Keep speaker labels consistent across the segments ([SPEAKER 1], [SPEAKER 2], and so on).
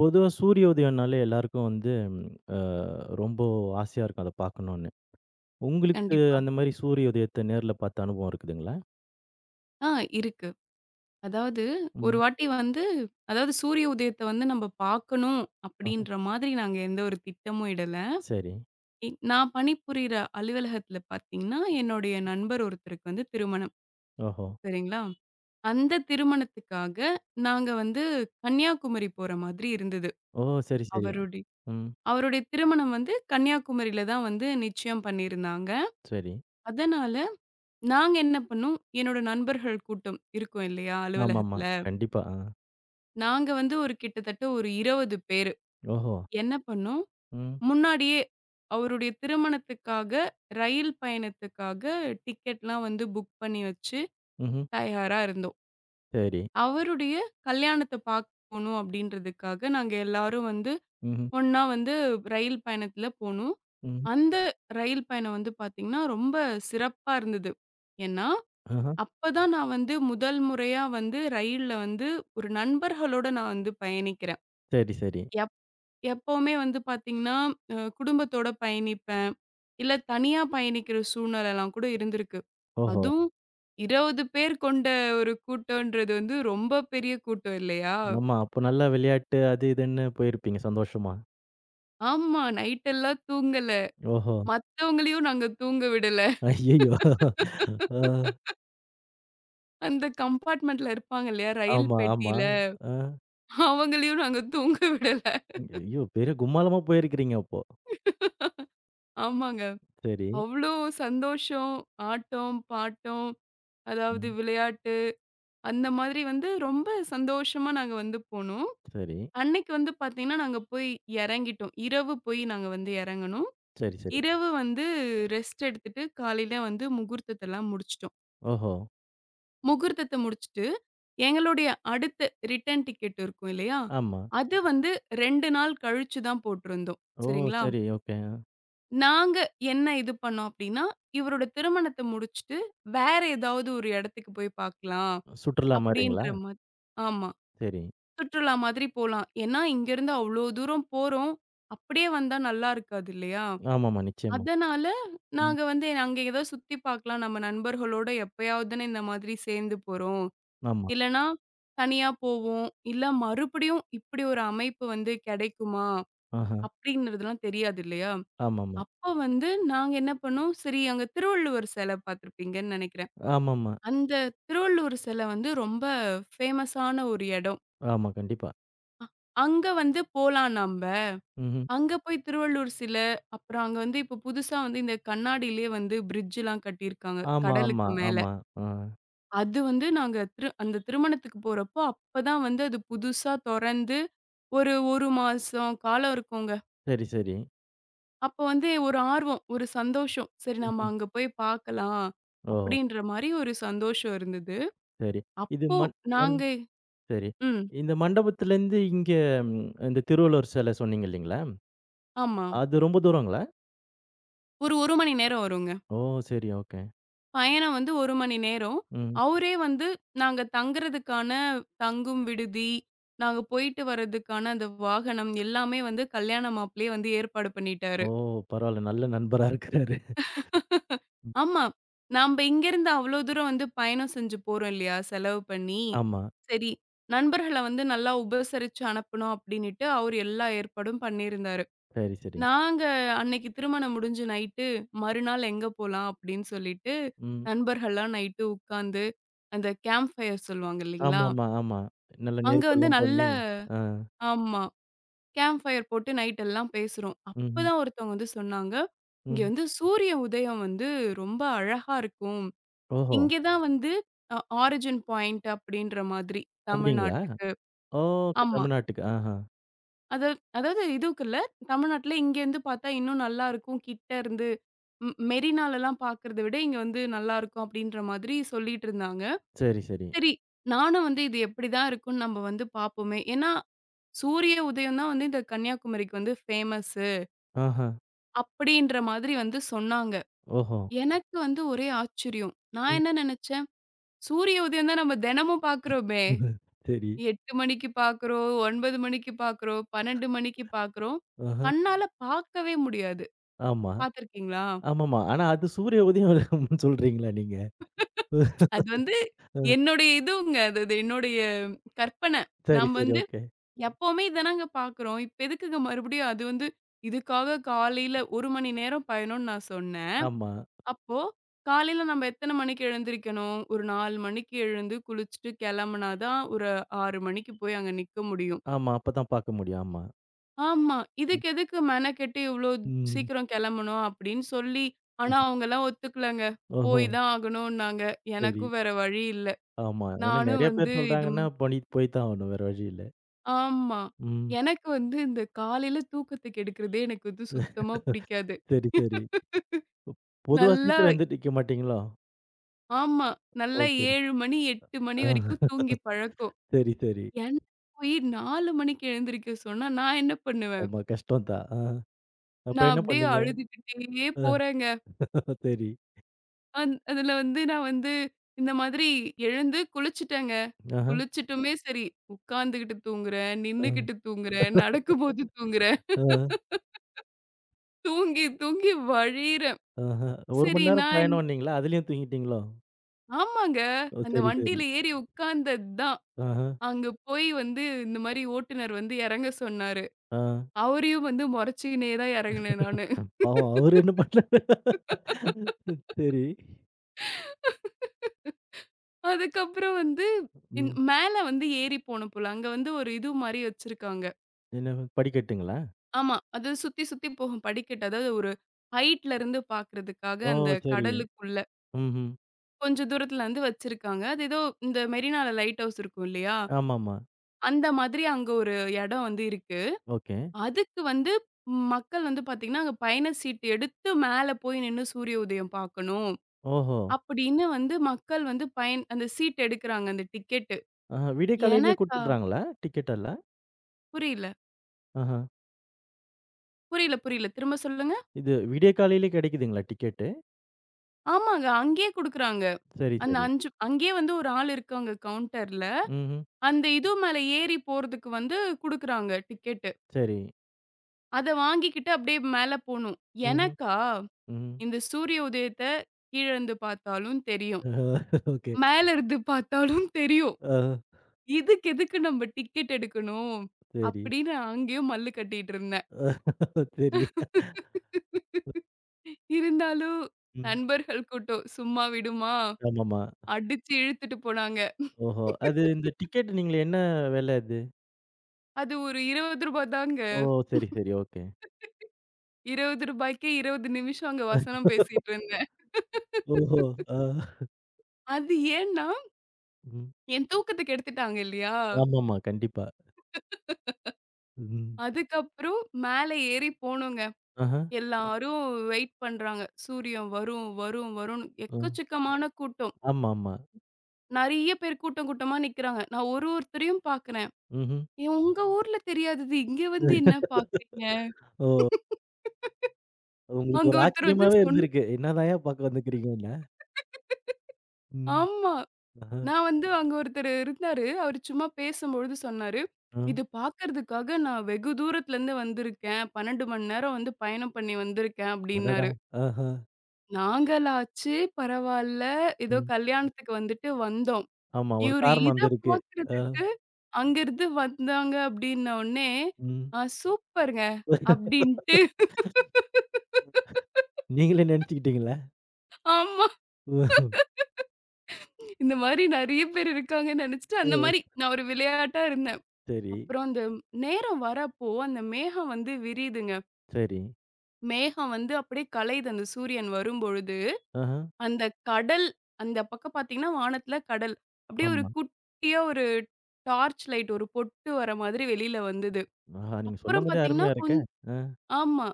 [SPEAKER 1] பொதுவா சூரிய உதயம்னாலே எல்லாருக்கும் வந்து ம், அ ரொம்ப ஆசையா இருக்கும் அத பார்க்கணும்னு. உங்களுக்கு
[SPEAKER 2] கண்டிப்பா.
[SPEAKER 1] அந்த மாரி சூரிய உதயத்த நேர்ல பார்த்த அனுபவம் இருக்குதுங்களா?
[SPEAKER 2] ஆ இருக்கு. அதாவது ஒரு
[SPEAKER 1] ம்.
[SPEAKER 2] வாட்டி வந்து அதாவது சூரிய உதயத்த வந்து நம்ம பார்க்கணும்
[SPEAKER 1] ஆஹ.
[SPEAKER 2] அப்படின்ற மாதிரி நாங்க எந்த ஒரு திட்டமும் இடல.
[SPEAKER 1] சரி.
[SPEAKER 2] நான் பணிபுரியிற அலுவலகத்துல பார்த்தீங்கன்னா, என்னுடைய நண்பர் ஒருத்தருக்கு வந்து திருமணம்.
[SPEAKER 1] ஓஹோ!
[SPEAKER 2] சரிங்களா? அந்த திருமணத்துக்காக நாங்க வந்து கன்னியாகுமரி போற மாதிரி இருந்தது.
[SPEAKER 1] ஓ! சரி, சரி.
[SPEAKER 2] அவருடைய
[SPEAKER 1] ம்.
[SPEAKER 2] அவருடைய திருமணம் வந்து கன்னியாகுமரியில தான் வந்து நிச்சயம் பண்ணியிருந்தாங்க.
[SPEAKER 1] சரி.
[SPEAKER 2] அதனால நாங்க என்ன பண்ணோம், என்னோட நண்பர்கள் கூட்டம் இருக்கும் இல்லையா
[SPEAKER 1] ஆமாமா.
[SPEAKER 2] அலுவலகத்துல?
[SPEAKER 1] கண்டிப்பா. ஆ.
[SPEAKER 2] நாங்க வந்து ஒரு கிட்டத்தட்ட ஒரு 20 பேரு.
[SPEAKER 1] ஓஹோ!
[SPEAKER 2] என்ன பண்ணோம்,
[SPEAKER 1] ம்.
[SPEAKER 2] முன்னாடியே அவருடைய திருமணத்துக்காக, ரயில் பயணத்துக்காக டிக்கெட்லாம் வந்து புக் பண்ணி வச்சு
[SPEAKER 1] ம்ஹ்ம்.
[SPEAKER 2] தயாரா இருந்தோம்.
[SPEAKER 1] சரி.
[SPEAKER 2] அவருடைய கல்யாணத்த பார்க்கணும் அப்டின்றதுக்காக நாங்க எல்லாரும் வந்து
[SPEAKER 1] ம்ஹ்ம்.
[SPEAKER 2] ஒண்ணா வந்து ரயில் பயணத்துல போனோம்.
[SPEAKER 1] ம்.
[SPEAKER 2] அந்த ரயில் பயணம் வந்து பார்த்தீங்கன்னா, ரொம்ப சிறப்பா இருந்தது. ஏன்னா,
[SPEAKER 1] ஆஹ.
[SPEAKER 2] அப்பதான் நான் வந்து முதல் முறையா வந்து ரயில்ல வந்து ஒரு நண்பர்களோட நான் வந்து பயணிக்கிறேன்.
[SPEAKER 1] சரி, சரி.
[SPEAKER 2] எப்பவுமே வந்து பார்த்தீங்கன்னா, குடும்பத்தோட பயணிப்பேன். இல்ல தனியா பயணிக்கிற சூழ்நிலைலாம் கூட இருந்திருக்கு.
[SPEAKER 1] ஓஹோ!
[SPEAKER 2] அதுவும் 20 பேர் கொண்ட ஒரு கூட்டம்ன்றது வந்து ரொம்ப பெரிய கூட்டம் இல்லையா?
[SPEAKER 1] ஆமா. அப்ப நல்லா விளையாட்டு அது இதுன்னு போயிருப்பீங்க சந்தோஷமா.
[SPEAKER 2] ஆமா. நைட் எல்லாம் தூங்கல.
[SPEAKER 1] ஓஹோ!
[SPEAKER 2] மத்தவங்களையும் நாங்க தூங்க விடல.
[SPEAKER 1] ஐய்யயோ! ஆ.
[SPEAKER 2] அந்த கம்பார்ட்மெண்ட்ல இருப்பாங்க இல்லையா? ரயில்
[SPEAKER 1] ஆமா, ஆமா.
[SPEAKER 2] பெட்டியில.
[SPEAKER 1] ஆ.
[SPEAKER 2] அவங்களையும் நாங்க தூங்க விடல.
[SPEAKER 1] ஐயோ! பெரிய கும்மாளமா போயிருக்கிறீங்க அப்போ.
[SPEAKER 2] ஆமாங்க.
[SPEAKER 1] சரி.
[SPEAKER 2] அவ்ளோ சந்தோஷம். ஆட்டம், பாட்டம், அதாவது
[SPEAKER 1] ம்.
[SPEAKER 2] விளையாட்டு அந்த மாதிரி வந்து ரொம்ப சந்தோஷமா நாங்க வந்து போனோம்.
[SPEAKER 1] சரி.
[SPEAKER 2] அன்னைக்கு வந்து பார்த்தீங்கன்னா, நாங்க போய் இறங்கிட்டோம். இரவு போய் நாங்க வந்து இறங்குனோம்.
[SPEAKER 1] சரி, சரி.
[SPEAKER 2] இரவு வந்து ரெஸ்ட் எடுத்துட்டு, காலையில வந்து முகூர்த்தத்தலாம் முடிச்சுட்டோம்.
[SPEAKER 1] ஓஹோ!
[SPEAKER 2] முகூர்த்தத்த முடிச்சுட்டு, எங்களுடைய அடுத்த ரிட்டர்ன் டிக்கெட் இருக்கும் இல்லையா?
[SPEAKER 1] ஆமா.
[SPEAKER 2] அது வந்து 2 நாள் கழிச்சு தான் போட்டிருந்தோம்.
[SPEAKER 1] ஓ!
[SPEAKER 2] சரிங்களா?
[SPEAKER 1] சரி. ஓகே.
[SPEAKER 2] நாங்க என்ன இது பண்ணோம் அப்டின்னா, இவரோட திருமணத்த முடிச்சுட்டு, வேற ஏதாவது ஒரு இடத்துக்கு போய் பார்க்கலாம்.
[SPEAKER 1] சுற்றுலா மாரிங்களா?
[SPEAKER 2] அப்டின்ற மாரி ஆமா.
[SPEAKER 1] சரி.
[SPEAKER 2] சுற்றுலா மாதிரி போலாம். ஏன்னா, இங்கேருந்து அவ்ளோ தூரம் போறோம். அப்படியே வந்தா நல்லா இருக்காது இல்லையா?
[SPEAKER 1] ஆமாமா. நிச்சயமா.
[SPEAKER 2] அதனால
[SPEAKER 1] ம்.
[SPEAKER 2] நாங்க வந்து அங்க ஏதோ சுத்தி பார்க்கலாம். நம்ம நண்பர்களோட எப்பயாவதுன்னு இந்த மாதிரி சேர்ந்து போறோம்.
[SPEAKER 1] ஆமா.
[SPEAKER 2] இல்லன்னா, தனியா போவோம். இல்ல மறுபடியும் இப்படி ஒரு அமைப்பு வந்து கிடைக்குமா?
[SPEAKER 1] ஆஹா.
[SPEAKER 2] அப்படிங்கிறதெல்லாம் தெரியாது இல்லையா?
[SPEAKER 1] ஆமாமா.
[SPEAKER 2] அப்போ வந்து நாங்க என்ன பண்ணோம், சரி அங்க திருவள்ளுவர் சிலை பார்த்துருப்பீங்கன்னு நெனைக்கிறேன்.
[SPEAKER 1] ஆமாமா.
[SPEAKER 2] அந்த திருவள்ளுவர் சிலை வந்து ரொம்ப ஃபேமஸான ஒரு இடம்.
[SPEAKER 1] ஆமா. கண்டிப்பா.
[SPEAKER 2] அங்க வந்து போலாம் நம்ப.
[SPEAKER 1] ம்ஹ்ம்.
[SPEAKER 2] அங்க போய் திருவள்ளூர் சிலை, அப்புறம் அங்க வந்து இப்போ புதுசா வந்து இந்த கண்ணாடியிலேயே வந்து பிரிட்ஜ்லாம் கட்டியிருக்காங்க,
[SPEAKER 1] ஆமா, ஆமா,
[SPEAKER 2] கடலுக்கு மேல.
[SPEAKER 1] ஆமா. ஆ.
[SPEAKER 2] அது வந்து நாங்க அந்த திருமணத்துக்கு போறப்போ, அப்பதான் வந்து அது புதுசா தொறந்து, ஒரு 1 மாசம் காலம் இருக்குங்க.
[SPEAKER 1] சரி, சரி.
[SPEAKER 2] அப்போ வந்து ஒரு ஆர்வம், ஒரு சந்தோஷம். சரி நம்ம
[SPEAKER 1] ம்ஹ்ம்.
[SPEAKER 2] அங்க போய் பார்க்கலாம்,
[SPEAKER 1] ஓஹோ!
[SPEAKER 2] அப்படின்ற மாரி ஒரு சந்தோஷம் இருந்தது.
[SPEAKER 1] சரி. இது
[SPEAKER 2] அப்போ
[SPEAKER 1] மண் மண்
[SPEAKER 2] நாங்க
[SPEAKER 1] சரி.
[SPEAKER 2] ம்.
[SPEAKER 1] இந்த மண்டபத்துலேருந்து இங்க ம் இந்த திருவள்ளுவர் சிலை சொன்னீங்க இல்லீங்களா?
[SPEAKER 2] ஆமா.
[SPEAKER 1] அது ரொம்ப தூரங்களா?
[SPEAKER 2] ஒரு 1 மணி நேரம் வருங்க.
[SPEAKER 1] ஓ! சரி. ஓகே.
[SPEAKER 2] பயணம் வந்து 1 மணி நேரம்.
[SPEAKER 1] ம்.
[SPEAKER 2] அவரே வந்து நாங்க தங்குறதுக்கான தங்கும் விடுதி, நாங்க போயிட்டு வர்றதுக்கான அந்த வாகனம் எல்லாமே வந்து கல்யாண மாப்பிள்ளையே வந்து ஏற்பாடு
[SPEAKER 1] ஓ!
[SPEAKER 2] பண்ணிட்டாரு.
[SPEAKER 1] பரவால்ல. நல்ல நண்பரா இருக்கிறாரு. ம்.
[SPEAKER 2] ஆமா. நம்ப இங்கேருந்து அவ்ளோ தூரம் வந்து பயணம் செஞ்சு போறோம் இல்லையா? செலவு பண்ணி.
[SPEAKER 1] ஆமா.
[SPEAKER 2] சரி, நண்பர்கள வந்து நல்லா உபசரிச்சு அனுப்பணும் அப்படின்னுட்டு அவரு எல்லா ஏற்பாடும் பண்ணியிருந்தாரு.
[SPEAKER 1] சரி, சரி.
[SPEAKER 2] நாங்க அன்னைக்கு திருமணம் முடிஞ்சு நைட்டு, மறுநாள் எங்க போலாம் அப்படின்னு சொல்லிட்டு,
[SPEAKER 1] ம்.
[SPEAKER 2] நண்பர்கள்லாம் நைட்டு உட்காந்து, அந்த கேம்ப் ஃபயர் சொல்லுவாங்க இல்லைங்களா?
[SPEAKER 1] ஆமாமா, ஆமா. நல்ல
[SPEAKER 2] அங்க வந்து
[SPEAKER 1] நெருப்பெல்லாம்
[SPEAKER 2] நல்ல
[SPEAKER 1] பண்ணி. ஆ.
[SPEAKER 2] ஆமா. கேம்ப் ஃபயர் போட்டு நைட் எல்லாம் பேசுறோம்.
[SPEAKER 1] ம்ஹ்ம்.
[SPEAKER 2] அப்பதான் ஒருத்தவங்க வந்து சொன்னாங்க, "இங்க
[SPEAKER 1] ம்.
[SPEAKER 2] வந்து சூரிய உதயம் வந்து ரொம்ப அழகா இருக்கும்.
[SPEAKER 1] ஓஹோ!
[SPEAKER 2] இங்க தான் வந்து அ ஆரிஜின் பாயிண்ட் அப்படின்ற மாதிரி
[SPEAKER 1] அப்படிங்களா?
[SPEAKER 2] தமிழ்நாட்டுக்கு."
[SPEAKER 1] ஓகே.
[SPEAKER 2] ஆமா.
[SPEAKER 1] தமிழ்நாட்டுக்கு. ஆஹா.
[SPEAKER 2] அத அதாவது இதுக்கு இல்ல, தமிழ்நாட்டுல இங்கேருந்து பாத்தா இன்னும் நல்லா இருக்கும். கிட்ட இருந்து மெரினாலலாம் பாக்குறத விட இங்க வந்து நல்லா இருக்கும் அப்டின்ற மாதிரி சொல்லிட்டு இருந்தாங்க.
[SPEAKER 1] சரி, சரி.
[SPEAKER 2] சரி, நானும் வந்து இது எப்படிதான் இருக்கும்னு நம்ம வந்து பாப்போமே. ஏன்னா, சூரிய உதயம் தான் வந்து இந்த கன்னியாகுமரிக்கு வந்து ஃபேமஸு
[SPEAKER 1] ஆஹா.
[SPEAKER 2] அப்படின்ற மாதிரி வந்து சொன்னாங்க.
[SPEAKER 1] ஓஹோ!
[SPEAKER 2] எனக்கு வந்து ஒரே ஆச்சரியம். நான்
[SPEAKER 1] ம்.
[SPEAKER 2] என்ன நெனச்சேன், சூரிய உதயம் தான் நம்ம தெனமும் பாக்குறோமே!
[SPEAKER 1] சரி.
[SPEAKER 2] 8 மணிக்கு பார்க்குறோம், 9 மணிக்கு பார்க்குறோம், 12 மணிக்கு பார்க்குறோம்.
[SPEAKER 1] ஆஹா.
[SPEAKER 2] கண்ணால பார்க்கவே முடியாது.
[SPEAKER 1] ஆமா.
[SPEAKER 2] பார்த்துருக்கீங்களா?
[SPEAKER 1] ஆமாமா. ஆனா அது சூரிய உதயம்னு சொல்றீங்களா நீங்க?
[SPEAKER 2] அது வந்து
[SPEAKER 1] அ.
[SPEAKER 2] என்னுடைய இதுங்க. அது அது என்னுடைய கற்பன.
[SPEAKER 1] சரி,
[SPEAKER 2] நம்ம
[SPEAKER 1] சரி.
[SPEAKER 2] வந்து
[SPEAKER 1] ஓகே.
[SPEAKER 2] எப்பவுமே இத நாங்க பார்க்குறோம். இப்ப எதுக்குங்க மறுபடியும் அது வந்து இதுக்காக காலையில 1 மணி நேரம் பயணம்னு நான் சொன்னேன்.
[SPEAKER 1] ஆமா.
[SPEAKER 2] அப்போ காலையில நம்ம எத்தன மணிக்கு எழுந்திரிக்கணும்? ஒரு 4 மணிக்கு எழுந்து, குளிச்சுட்டு கிளம்புனா தான் ஒரு 6 மணிக்கு போய் அங்க நிக்க முடியும்.
[SPEAKER 1] ஆமா. அப்பதான் பார்க்க முடியும். ஆமா.
[SPEAKER 2] ஆமா.
[SPEAKER 1] ம்.
[SPEAKER 2] இதுக்கு எதுக்கு மெனக்கெட்டு இவ்ளோ
[SPEAKER 1] ம்.
[SPEAKER 2] சீக்கிரம் கெளம்பணும் அப்படின்னு சொல்லி, ஆனா அவங்கலாம் ஒத்துக்கலங்க.
[SPEAKER 1] ஓஹோ!
[SPEAKER 2] போய் தான் ஆகணும்னாங்க.
[SPEAKER 1] சரி.
[SPEAKER 2] எனக்கும் வேற வழி இல்ல.
[SPEAKER 1] ஆமா. ஏன்னா
[SPEAKER 2] நானும்
[SPEAKER 1] நெறைய
[SPEAKER 2] வந்து
[SPEAKER 1] பேர்
[SPEAKER 2] இது
[SPEAKER 1] சொல்றாங்கன்னா, பண்ணிட்டு போய் தான் ஆகணும். வேற வழி இல்ல.
[SPEAKER 2] ஆமா.
[SPEAKER 1] ம்.
[SPEAKER 2] எனக்கு வந்து இந்த காலையில தூக்கத்துக்கு எடுக்கிறதே எனக்கு வந்து சுத்தமா பிடிக்காது.
[SPEAKER 1] சரி, சரி. பொ பொதுவா
[SPEAKER 2] நல்லா
[SPEAKER 1] சீக்கிரம் எந்திரிக்க மாட்டீங்களோ?
[SPEAKER 2] ஆமா.
[SPEAKER 1] ஓ!
[SPEAKER 2] நல்லா
[SPEAKER 1] சரி.
[SPEAKER 2] 7 மணி, 8 மணி வரைக்கும்
[SPEAKER 1] ஆ.
[SPEAKER 2] தூங்கி பழக்கம்.
[SPEAKER 1] சரி, சரி.
[SPEAKER 2] என்ன போய் 4 மணிக்கு எழுந்திரிக்க சொன்னா நான் என்ன பண்ணுவேன்?
[SPEAKER 1] ஆமா. கஷ்டம் தான். ஆ. அப்ப
[SPEAKER 2] நான்
[SPEAKER 1] என்ன
[SPEAKER 2] அப்படியே
[SPEAKER 1] பண்ணீங்க?
[SPEAKER 2] அழுதுகிட்டே
[SPEAKER 1] ஆ.
[SPEAKER 2] போறேங்க.
[SPEAKER 1] சரி.
[SPEAKER 2] அதுல வந்து நான் வந்து இந்த மாதிரி எழுந்து குளிச்சுட்டேங்க.
[SPEAKER 1] ஆஹா.
[SPEAKER 2] குளிச்சுட்டுமே சரி, உட்கார்ந்துகிட்டு தூங்குறேன்,
[SPEAKER 1] ஆ.
[SPEAKER 2] நின்னுகிட்டு தூங்குறேன், நடக்கும்போது தூங்குறேன்,
[SPEAKER 1] ஆ.
[SPEAKER 2] தூங்கி தூங்கி வழியிறேன்.
[SPEAKER 1] ஆஹா. 1 மணி
[SPEAKER 2] சரி
[SPEAKER 1] நேரம்
[SPEAKER 2] நான் என்-
[SPEAKER 1] பயணம்னீங்களா? அதுலயும் தூங்கிட்டீங்களோ?
[SPEAKER 2] ஆமாங்க.
[SPEAKER 1] ஓ!
[SPEAKER 2] அந்த
[SPEAKER 1] சரி, சரி.
[SPEAKER 2] வண்டியில ஏறி உட்கார்ந்தது தான்.
[SPEAKER 1] ஆஹா.
[SPEAKER 2] அங்க போய் வந்து இந்த மாரி ஓட்டுநர் வந்து இறங்க சொன்னாரு.
[SPEAKER 1] ஆ.
[SPEAKER 2] அவரையும் வந்து மொறச்சுக்கினே தான் இறங்குனேன் நானு.
[SPEAKER 1] பாவம் அவரு என்ன பண்ணாரு? சரி.
[SPEAKER 2] அதுக்கப்புறம் வந்து இன்
[SPEAKER 1] ம்.
[SPEAKER 2] மேல வந்து ஏறி போணும் போல. அங்க வந்து ஒரு இது மாரி வச்சிருக்காங்க.
[SPEAKER 1] என்ன படிக்கட்டுங்களா?
[SPEAKER 2] ஆமா. அது சுத்தி, சுத்தி போகும் படிக்கட்டு. அதாவது ஒரு ஹைட்ல இருந்து பார்க்கிறதுக்காக
[SPEAKER 1] ஓ!
[SPEAKER 2] அந்த
[SPEAKER 1] சரி.
[SPEAKER 2] கடலுக்குள்ள
[SPEAKER 1] ம்ஹ்ம்.
[SPEAKER 2] கொஞ்சம் தூரத்துல வந்து வச்சிருக்காங்க. அது ஏதோ இந்த மெரினால லைட் ஹவுஸ் இருக்கும் இல்லையா?
[SPEAKER 1] ஆமாமா.
[SPEAKER 2] அந்த மாதிரி அங்க ஒரு இடம் வந்து இருக்கு.
[SPEAKER 1] ஓகே.
[SPEAKER 2] அதுக்கு வந்து மக்கள் வந்து பார்த்தீங்கன்னா, அங்க பயண சீட்டு எடுத்து மேல போய் நின்னு சூரிய உதயம் பார்க்கணும்.
[SPEAKER 1] ஓஹோ!
[SPEAKER 2] அப்படின்னு வந்து மக்கள் வந்து பயன் அந்த சீட் எடுக்குறாங்க அந்த டிக்கெட்டு.
[SPEAKER 1] ஆஹா, விடிய காலையிலேயே
[SPEAKER 2] எனக்கா
[SPEAKER 1] குடுத்துடுறாங்களா? டிக்கெட் எல்லாம்?
[SPEAKER 2] புரியல,
[SPEAKER 1] ஆஹா.
[SPEAKER 2] புரியல. திரும்ப சொல்லுங்க.
[SPEAKER 1] இது விடிய காலையிலே கிடைக்குதுங்களா டிக்கெட்டு?
[SPEAKER 2] ஆமாங்க. அங்கேயே குடுக்குறாங்க.
[SPEAKER 1] சரி,
[SPEAKER 2] அந்த
[SPEAKER 1] சரி.
[SPEAKER 2] 5 அங்கேயே வந்து ஒரு ஆள் இருக்காங்க கவுண்டர்ல.
[SPEAKER 1] ம்ஹ்ம்.
[SPEAKER 2] அந்த இது மேல ஏறி போறதுக்கு வந்து குடுக்குறாங்க டிக்கெட்டு.
[SPEAKER 1] சரி.
[SPEAKER 2] அத வாங்கிக்கிட்டு அப்படியே மேல போணும்.
[SPEAKER 1] ம்ஹ்ம்.
[SPEAKER 2] எனக்கா,
[SPEAKER 1] ம்.
[SPEAKER 2] இந்த சூரிய உதயத்த கீழ இருந்து பார்த்தாலும் தெரியும்.
[SPEAKER 1] ஓகே.
[SPEAKER 2] மேல இருந்து பார்த்தாலும் தெரியும்.
[SPEAKER 1] ஆ.
[SPEAKER 2] இதுக்கு எதுக்கு நம்ம டிக்கெட் எடுக்கணும்?
[SPEAKER 1] சரி.
[SPEAKER 2] அப்படின்னு அங்கேயும் மல்லு கட்டிட்டு இருந்தேன்.
[SPEAKER 1] சரி.
[SPEAKER 2] இருந்தாலும்
[SPEAKER 1] ம்.
[SPEAKER 2] நண்பர்கள் கூட்டம் சும்மா விடுமா?
[SPEAKER 1] ஆமாமா.
[SPEAKER 2] அடிச்சு இழுத்துட்டு போனாங்க.
[SPEAKER 1] ஓஹோ! அது இந்த டிக்கெட் நீங்கள என்ன விலை அது?
[SPEAKER 2] அது ஒரு ரூ. 20 தாங்க.
[SPEAKER 1] ஓ! சரி, சரி. ஓகே.
[SPEAKER 2] ரூ. 20க்கே 20 நிமிஷம் அங்க வசனம் பேசிட்டு இருந்தேன்.
[SPEAKER 1] ஓஹோ! ஆ.
[SPEAKER 2] அது ஏன்னா,
[SPEAKER 1] ம்.
[SPEAKER 2] என் தூக்கத்த கெடுத்துட்டாங்க இல்லையா?
[SPEAKER 1] ஆமாமா. கண்டிப்பா. ம்.
[SPEAKER 2] அதுக்கப்புறம் மேல ஏறி போனோங்க.
[SPEAKER 1] ஆஹா.
[SPEAKER 2] எல்லாரும் வெயிட் பண்றாங்க. சூரியன் வரும், வரும், வரும்ன்னு.
[SPEAKER 1] அ.
[SPEAKER 2] எக்கச்சக்கமான கூட்டம்.
[SPEAKER 1] ஆமாமா.
[SPEAKER 2] நெறைய பேர் கூட்டம் கூட்டமா நிக்கிறாங்க. நான் ஒருத்தரையும் பாக்குறேன்.
[SPEAKER 1] ம்ஹ்ம்.
[SPEAKER 2] "ஏன் உங்க ஊர்ல தெரியாதது, இங்க வந்து என்ன பாக்குறீங்க?"
[SPEAKER 1] உங்களுக்கு
[SPEAKER 2] அங்க
[SPEAKER 1] ஒரு
[SPEAKER 2] ஒருத்தர் வந்து
[SPEAKER 1] ஆச்சரியமாவே
[SPEAKER 2] சொன்
[SPEAKER 1] இருந்திருக்கு. என்னதாய்யா பார்க்க வந்துக்கிறீங்கன்னு. ம்.
[SPEAKER 2] ஆமா.
[SPEAKER 1] ஆஹா,
[SPEAKER 2] நான் வந்து அங்க ஒருத்தர் இருந்தாரு. அவரு சும்மா பேசும்பொழுது சொன்னாரு,
[SPEAKER 1] ஆ.
[SPEAKER 2] "இது பார்க்கறதுக்காக நான் வெகு தூரத்துலருந்து வந்திருக்கேன். 12 மணி நேரம் வந்து பயணம் பண்ணி வந்திருக்கேன்"
[SPEAKER 1] அடடா!
[SPEAKER 2] அப்டின்னாரு.
[SPEAKER 1] ஆஹா,
[SPEAKER 2] நாங்களாச்சு பரவால்ல, ஏதோ
[SPEAKER 1] ம்.
[SPEAKER 2] கல்யாணத்துக்கு வந்துட்டு வந்தோம்.
[SPEAKER 1] ஆமா, ஒரு
[SPEAKER 2] இவரு
[SPEAKER 1] காரணம்
[SPEAKER 2] இத
[SPEAKER 1] வந்து இருக்கு. ஆ,
[SPEAKER 2] பார்க்கறதுக்கு அங்கருந்து வந்தாங்க அப்டின்ன உடனே,
[SPEAKER 1] ம்.
[SPEAKER 2] "ஆ சூப்பர்ங்க" அப்டின்ட்டு
[SPEAKER 1] நீங்களே நெனச்சுக்கிட்டீங்களா?
[SPEAKER 2] ஆமா.
[SPEAKER 1] ஓஹோ!
[SPEAKER 2] இந்த மாரி நெறைய பேர் இருக்காங்கன்னு நெனச்சுட்டு, அந்த
[SPEAKER 1] அ,
[SPEAKER 2] மாரி நான் ஒரு விளையாட்டா இருந்தேன்.
[SPEAKER 1] சரி,
[SPEAKER 2] அப்புறம் அந்த நேரம் வரப்போ, அந்த மேகம் வந்து விரியுதுங்க.
[SPEAKER 1] சரி.
[SPEAKER 2] மேகம் வந்து அப்படியே கலையுது அந்த சூரியன் வரும்பொழுது.
[SPEAKER 1] ஆஹா,
[SPEAKER 2] அந்த கடல் அந்த பக்கம் பார்த்தீங்கன்னா, வானத்தில கடல். அப்படியே ஒரு
[SPEAKER 1] ஆமா.
[SPEAKER 2] குட்டியா ஒரு டார்ச் லைட் ஒரு பொட்டு வர மாதிரி வெளியில வந்தது.
[SPEAKER 1] ஆஹா, நீங்க
[SPEAKER 2] அப்புறம்
[SPEAKER 1] சொல்லும்போதே
[SPEAKER 2] பார்த்தீங்கன்னா,
[SPEAKER 1] அருமையா இருக்கே! ஆ,
[SPEAKER 2] ஆமா.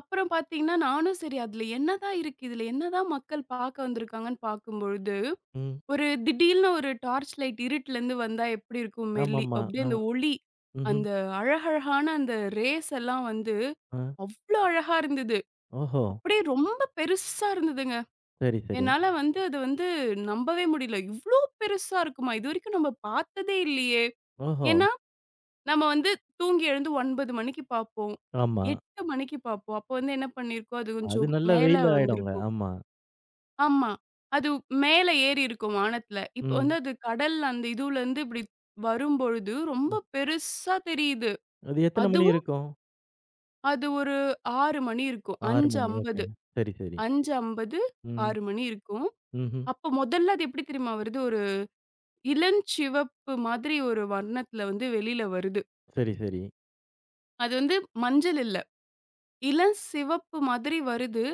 [SPEAKER 2] அப்புறம் பார்த்தீங்கன்னா, நானும் சரி அதில என்னதான் இருக்கு? இதில என்னதான் மக்கள் பார்க்க வந்திருக்காங்கன்னு பார்க்கும்பொழுது
[SPEAKER 1] ம்.
[SPEAKER 2] ஒரு திடீல்னு ஒரு டார்ச் லைட் இருட்டுலேருந்து வந்தா எப்படி இருக்கும் மெல்லி
[SPEAKER 1] ஆமாமா.
[SPEAKER 2] அப்படியே
[SPEAKER 1] ஆ,
[SPEAKER 2] அந்த ஒளி,
[SPEAKER 1] ம்ஹ்ம்.
[SPEAKER 2] அந்த அழகழகான அந்த ரேஸ் எல்லாம் வந்து
[SPEAKER 1] ஆ.
[SPEAKER 2] அவ்ளோ அழகா இருந்தது.
[SPEAKER 1] ஓஹோ!
[SPEAKER 2] அப்படியே ரொம்ப பெருசா இருந்ததுங்க.
[SPEAKER 1] சரி, சரி.
[SPEAKER 2] என்னால வந்து அது வந்து நம்பவே முடியல. இவ்ளோ பெருசா இருக்குமா? இதுவரைக்கும் நம்ம பார்த்ததே இல்லையே!
[SPEAKER 1] ஓஹோ!
[SPEAKER 2] ஏன்னா, நம்ம வந்து தூங்கி எழுந்து 9 மணிக்கு பார்ப்போம்.
[SPEAKER 1] ஆமா.
[SPEAKER 2] 8 மணிக்கு பார்ப்போம். அப்போ வந்து என்ன பண்ணியிருக்கோம், அது
[SPEAKER 1] அது
[SPEAKER 2] கொஞ்சம்
[SPEAKER 1] நல்ல
[SPEAKER 2] மேல
[SPEAKER 1] வெயில் ஆயிடுங்க.
[SPEAKER 2] வந்திருக்கும்.
[SPEAKER 1] ஆமா.
[SPEAKER 2] ஆமா. அது மேல ஏறி இருக்கும் வானத்துல. இப்ப வந்து
[SPEAKER 1] ம்,
[SPEAKER 2] அது கடல் அந்த இதுலருந்து இப்டி வரும்பொழுது,
[SPEAKER 1] ம்.
[SPEAKER 2] ரொம்ப பெருசா தெரியுது.
[SPEAKER 1] அது எத்தன மணி
[SPEAKER 2] அதுவும்
[SPEAKER 1] இருக்கும்?
[SPEAKER 2] அது ஒரு 6 மணி இருக்கும்.
[SPEAKER 1] 6 மணி. ஓகே. சரி, சரி.
[SPEAKER 2] 5:50,
[SPEAKER 1] ம்,
[SPEAKER 2] 6 மணி இருக்கும்.
[SPEAKER 1] ம்ஹ்ம்.
[SPEAKER 2] அப்ப முதல்ல அது எப்டி தெரியுமா வருது? ஒரு இளஞ்சிவப்பு மாதிரி ஒரு வண்ணத்துல வந்து வெளில வருது.
[SPEAKER 1] சரி, சரி.
[SPEAKER 2] அது வந்து மஞ்சள் இல்ல. இளஞ்சிவப்பு மாதிரி வருது.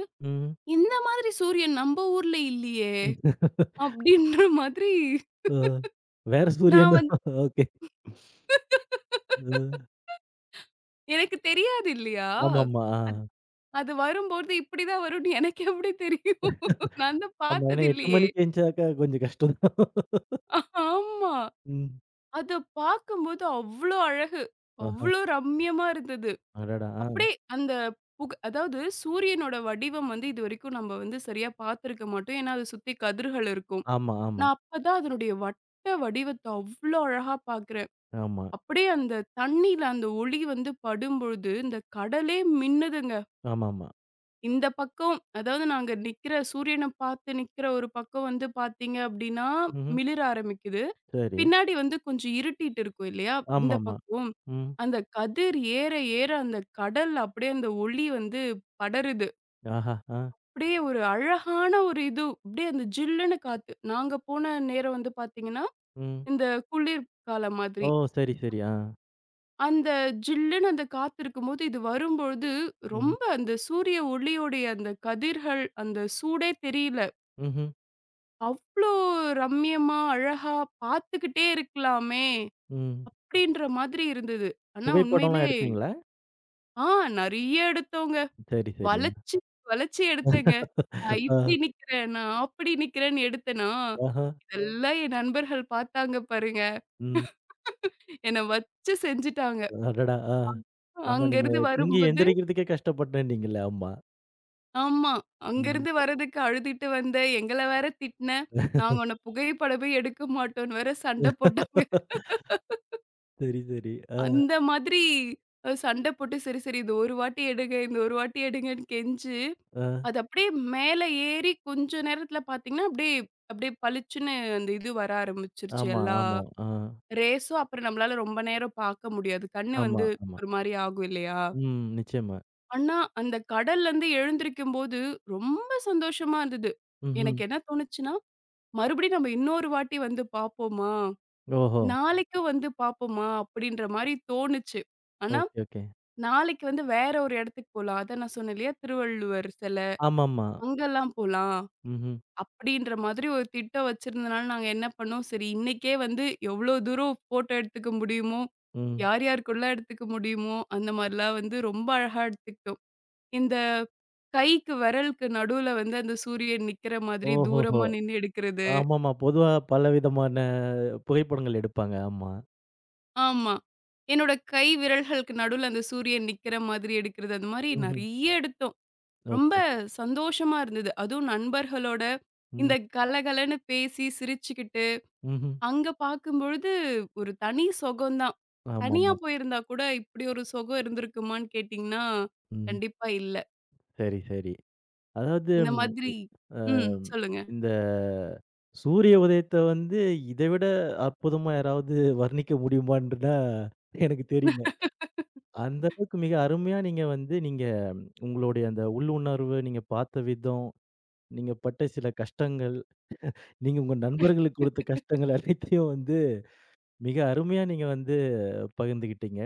[SPEAKER 2] "இந்த மாதிரி சூரியன் நம்ப ஊர்ல இல்லையே!"
[SPEAKER 1] ம்.
[SPEAKER 2] அப்டின்ற மாதிரி
[SPEAKER 1] அ. வேற
[SPEAKER 2] நான்
[SPEAKER 1] சூரியனா?
[SPEAKER 2] வந்து
[SPEAKER 1] ஓகே. அ.
[SPEAKER 2] எனக்கு தெரியாது இல்லையா?
[SPEAKER 1] ஆமாமா. ஆ.
[SPEAKER 2] அது வரும்போது இப்படிதான் வரும்னு எனக்கு எப்படி தெரியும்? நான் தான்
[SPEAKER 1] ஆமா. ஏன்னா 8
[SPEAKER 2] பார்த்ததில்லையே!
[SPEAKER 1] மணிக்கு எந்திச்சாக்கா கொஞ்சம் கஷ்டம் தான்.
[SPEAKER 2] ஆமா.
[SPEAKER 1] ம்.
[SPEAKER 2] அத பார்க்கும்போது அவ்ளோ அழகு.
[SPEAKER 1] ஆஹா.
[SPEAKER 2] அவ்ளோ ரம்மியமா இருந்தது.
[SPEAKER 1] அடடா! ஆ.
[SPEAKER 2] அப்படியே அந்த அதாவது சூரியனோட வடிவம் வந்து இதுவரைக்கும் நம்ம வந்து சரியா பார்த்திருக்க மாட்டோம். ஏன்னா, அத சுத்தி கதிர்கள் இருக்கும்.
[SPEAKER 1] ஆமா, ஆமா,
[SPEAKER 2] நான் அப்பதான் அதனுடைய வட்ட வடிவத்த அவ்ளோ அழகா பார்க்கிறேன்.
[SPEAKER 1] ஆமா,
[SPEAKER 2] அப்படியே அந்த தண்ணீல அந்த ஒளி வந்து படும்பொழுது, இந்த கடலே மின்னுதுங்க.
[SPEAKER 1] ஆமாமா.
[SPEAKER 2] இந்த பக்கம் அதாவது நாங்க நிக்கிற சூரியன பார்த்து நிக்கிற ஒரு பக்கம் வந்து பார்த்தீங்க அப்டின்னா,
[SPEAKER 1] ம்ஹ்ம்.
[SPEAKER 2] மிளிர ஆரம்பிக்குது.
[SPEAKER 1] சரி.
[SPEAKER 2] பின்னாடி வந்து கொஞ்சம் இருட்டிட்டு இருக்கும் இல்லையா? இந்த
[SPEAKER 1] ஆமாமா.
[SPEAKER 2] பக்கம்
[SPEAKER 1] ம்.
[SPEAKER 2] அந்த கதிர் ஏற ஏற அந்த கடல் அப்டியே அந்த ஒளி வந்து படருது.
[SPEAKER 1] ஆஹா! ஆ.
[SPEAKER 2] அப்டியே ஒரு அழகான ஒரு இது அப்டியே அந்த ஜில்லுன்னு காத்து. நாங்க போன நேரம் வந்து பார்த்தீங்கன்னா,
[SPEAKER 1] ம்.
[SPEAKER 2] இந்த குளிர் காலம் மாதிரி.
[SPEAKER 1] ஓ! சரி, சரி. ஆ.
[SPEAKER 2] அந்த ஜில்லுன்னு அந்த காத்து இருக்கும்போது இது வரும்பொழுது,
[SPEAKER 1] ம்.
[SPEAKER 2] ரொம்ப அந்த சூரிய ஒளியோடைய அந்த கதிர்கள், அந்த சூடே தெரியல.
[SPEAKER 1] ம்ஹ்ம்.
[SPEAKER 2] அவ்ளோ ரம்மியமா, அழகா பார்த்துக்கிட்டே இருக்கலாமே!
[SPEAKER 1] ம்.
[SPEAKER 2] அப்டின்ற மாதிரி இருந்தது. ஆனா
[SPEAKER 1] புகைப்படம்லாம்
[SPEAKER 2] உண்மையிலே
[SPEAKER 1] எடுத்தீங்களா?
[SPEAKER 2] ஆ நெறைய எடுத்தோங்க.
[SPEAKER 1] சரி, சரி. ஆ.
[SPEAKER 2] வளச்சு, வளச்சு எடுத்தேங்க. நான் இப்டி நிக்கிறேன், நான் அப்டி நிக்கிறேன்னு எடுத்தேனா,
[SPEAKER 1] ஆஹா.
[SPEAKER 2] இதெல்லாம் என் நண்பர்கள் பார்த்தாங்க பாருங்க.
[SPEAKER 1] ம்.
[SPEAKER 2] என்ன வச்சு செஞ்சுட்டாங்க.
[SPEAKER 1] அடடா! ஆ.
[SPEAKER 2] அங்
[SPEAKER 1] ஆமா. நீங்க
[SPEAKER 2] அங்கருந்து
[SPEAKER 1] தூங்கி
[SPEAKER 2] வரும்போது
[SPEAKER 1] எந்திரிக்கிறதுக்கே கஷ்டப்பட்டேன்னீங்கல்ல. ஆமா.
[SPEAKER 2] ஆமா.
[SPEAKER 1] ம்.
[SPEAKER 2] அங்கருந்து வரதுக்கு அழுதுட்டு வந்த, எங்கள வேற திட்டுன, நாங்க உன்ன புகைப்படமே எடுக்க மாட்டோம்ன்னு வேற சண்ட போட்டாங்க.
[SPEAKER 1] சரி, சரி. ஆ,
[SPEAKER 2] அந்த மாதிரி சண்டை போட்டு, சரி, சரி இந்த ஒரு வாட்டி எடுங்க, இந்த ஒரு வாட்டி எடுங்கன்னு கெஞ்சி,
[SPEAKER 1] ஆ.
[SPEAKER 2] அது அப்படியே மேல ஏறி கொஞ்ச நேரத்துல பார்த்தீங்கன்னா, அப்படியே அப்படியே பளிச்சுன்னு அந்த இது வர ஆரம்பிச்சுருச்சு.
[SPEAKER 1] ஆமா,
[SPEAKER 2] எல்லா
[SPEAKER 1] ஆமா. ஆ.
[SPEAKER 2] ரேஸும் அப்புறம் நம்மளால ரொம்ப நேரம் பார்க்க முடியாது. கண்ணு
[SPEAKER 1] ஆமா,
[SPEAKER 2] வந்து
[SPEAKER 1] ஆமா.
[SPEAKER 2] ஒரு மாரி ஆகும் இல்லையா?
[SPEAKER 1] ம். நிச்சயமா.
[SPEAKER 2] ஆனா, அந்த கடல்லருந்து எழுந்திரிக்கும்போது ரொம்ப சந்தோஷமா இருந்தது.
[SPEAKER 1] ம்ஹ்ம்.
[SPEAKER 2] எனக்கு என்ன தோணுச்சுன்னா, மறுபடியும் நம்ம இன்னொரு வாட்டி வந்து பார்ப்போமா?
[SPEAKER 1] ஓஹோ!
[SPEAKER 2] நாளைக்கும் வந்து பார்ப்போமா? அப்படின்ற மாரி தோணுச்சு. ஆனா
[SPEAKER 1] ஓகே, ஓகே.
[SPEAKER 2] நாளைக்கு வந்து வேற ஒரு இடத்துக்கு போலாம். அதான் நான் சொன்னேன் இல்லையா? திருவள்ளுவர் சில,
[SPEAKER 1] ஆமாமா.
[SPEAKER 2] அங்கலாம் போலாம்.
[SPEAKER 1] ம்ஹ்ம்.
[SPEAKER 2] அப்படின்ற மாதிரி ஒரு திட்டம் வச்சிருந்தனால, நாங்க என்ன பண்ணோம், சரி இன்னைக்கே வந்து எவ்வளோ தூரம் ஃபோட்டோ எடுத்துக்க முடியுமோ,
[SPEAKER 1] ம்.
[SPEAKER 2] யார் யாருக்குள்ள எடுத்துக்க முடியுமோ, அந்த மாரிலாம் வந்து ரொம்ப அழகா எடுத்துக்கிட்டோம். இந்த கைக்கு விரலுக்கு நடுவுல வந்து அந்த சூரியன் நிக்கிற மாதிரி
[SPEAKER 1] ஓஹோஹோ!
[SPEAKER 2] தூரமா நின்னு எடுக்கிறது.
[SPEAKER 1] ஆமாமா. பொதுவா பலவிதமான புகைப்படங்கள் எடுப்பாங்க. ஆமா.
[SPEAKER 2] ஆமா. என்னோட கை விரல்களுக்கு நடுவுல அந்த சூரியன் நிக்கிற மாதிரி எடுக்கிறது. அந்த மாரி
[SPEAKER 1] ம்ஹ்ம்.
[SPEAKER 2] நெறைய எடுத்தோம்.
[SPEAKER 1] ஓகே,
[SPEAKER 2] ரொம்ப
[SPEAKER 1] ஓகே.
[SPEAKER 2] சந்தோஷமா இருந்தது. அதுவும் நண்பர்களோட இந்த
[SPEAKER 1] ம்.
[SPEAKER 2] கலகலன்னு பேசி, சிரிச்சுக்கிட்டு,
[SPEAKER 1] ம்ஹ்ம்.
[SPEAKER 2] அங்க பார்க்கும்பொழுது ஒரு தனி சுகம்தான். தனியா
[SPEAKER 1] ஆமாமா.
[SPEAKER 2] போயிருந்தா கூட இப்படி ஒரு சுகம் இருந்திருக்குமான்னு கேட்டீங்கன்னா,
[SPEAKER 1] ம்.
[SPEAKER 2] கண்டிப்பா இல்ல.
[SPEAKER 1] சரி, சரி. அதாவது
[SPEAKER 2] இந்த மாதிரி
[SPEAKER 1] அ
[SPEAKER 2] ம். சொல்லுங்க.
[SPEAKER 1] இந்த சூரிய உதயத்த வந்து இத விட அற்புதமா யாராவது வர்ணிக்க முடியுமான்ட்டுனா எனக்கு தெரியல. அந்த அளவுக்கு மிக அருமையா நீங்க வந்து நீங்க உங்களுடைய அந்த உள்ளுணர்வு, நீங்க பார்த்த விதம், நீங்க பட்ட சில கஷ்டங்கள், நீங்க உங்க நண்பர்களுக்கு கொடுத்த கஷ்டங்கள் அனைத்தையும் வந்து மிக அருமையா நீங்க வந்து பகிர்ந்துக்கிட்டீங்க.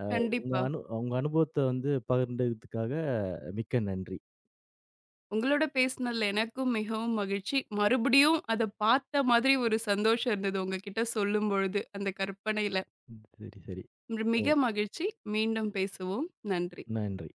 [SPEAKER 1] அ
[SPEAKER 2] கண்டிப்பா.
[SPEAKER 1] உங்க அனுபவத்த வந்து பகிர்ந்ததுக்காக மிக்க நன்றி.
[SPEAKER 2] உங்களோட பேசினதுல எனக்கும் மிகவும் மகிழ்ச்சி. மறுபடியும் அத பார்த்த மாதிரி ஒரு சந்தோஷம் இருந்தது உங்ககிட்ட சொல்லும்பொழுது, அந்த கற்பனையில.
[SPEAKER 1] ம். சரி, சரி. ஓ!
[SPEAKER 2] மிக மகிழ்ச்சி. மீண்டும் பேசுவோம். நன்றி.
[SPEAKER 1] நன்றி.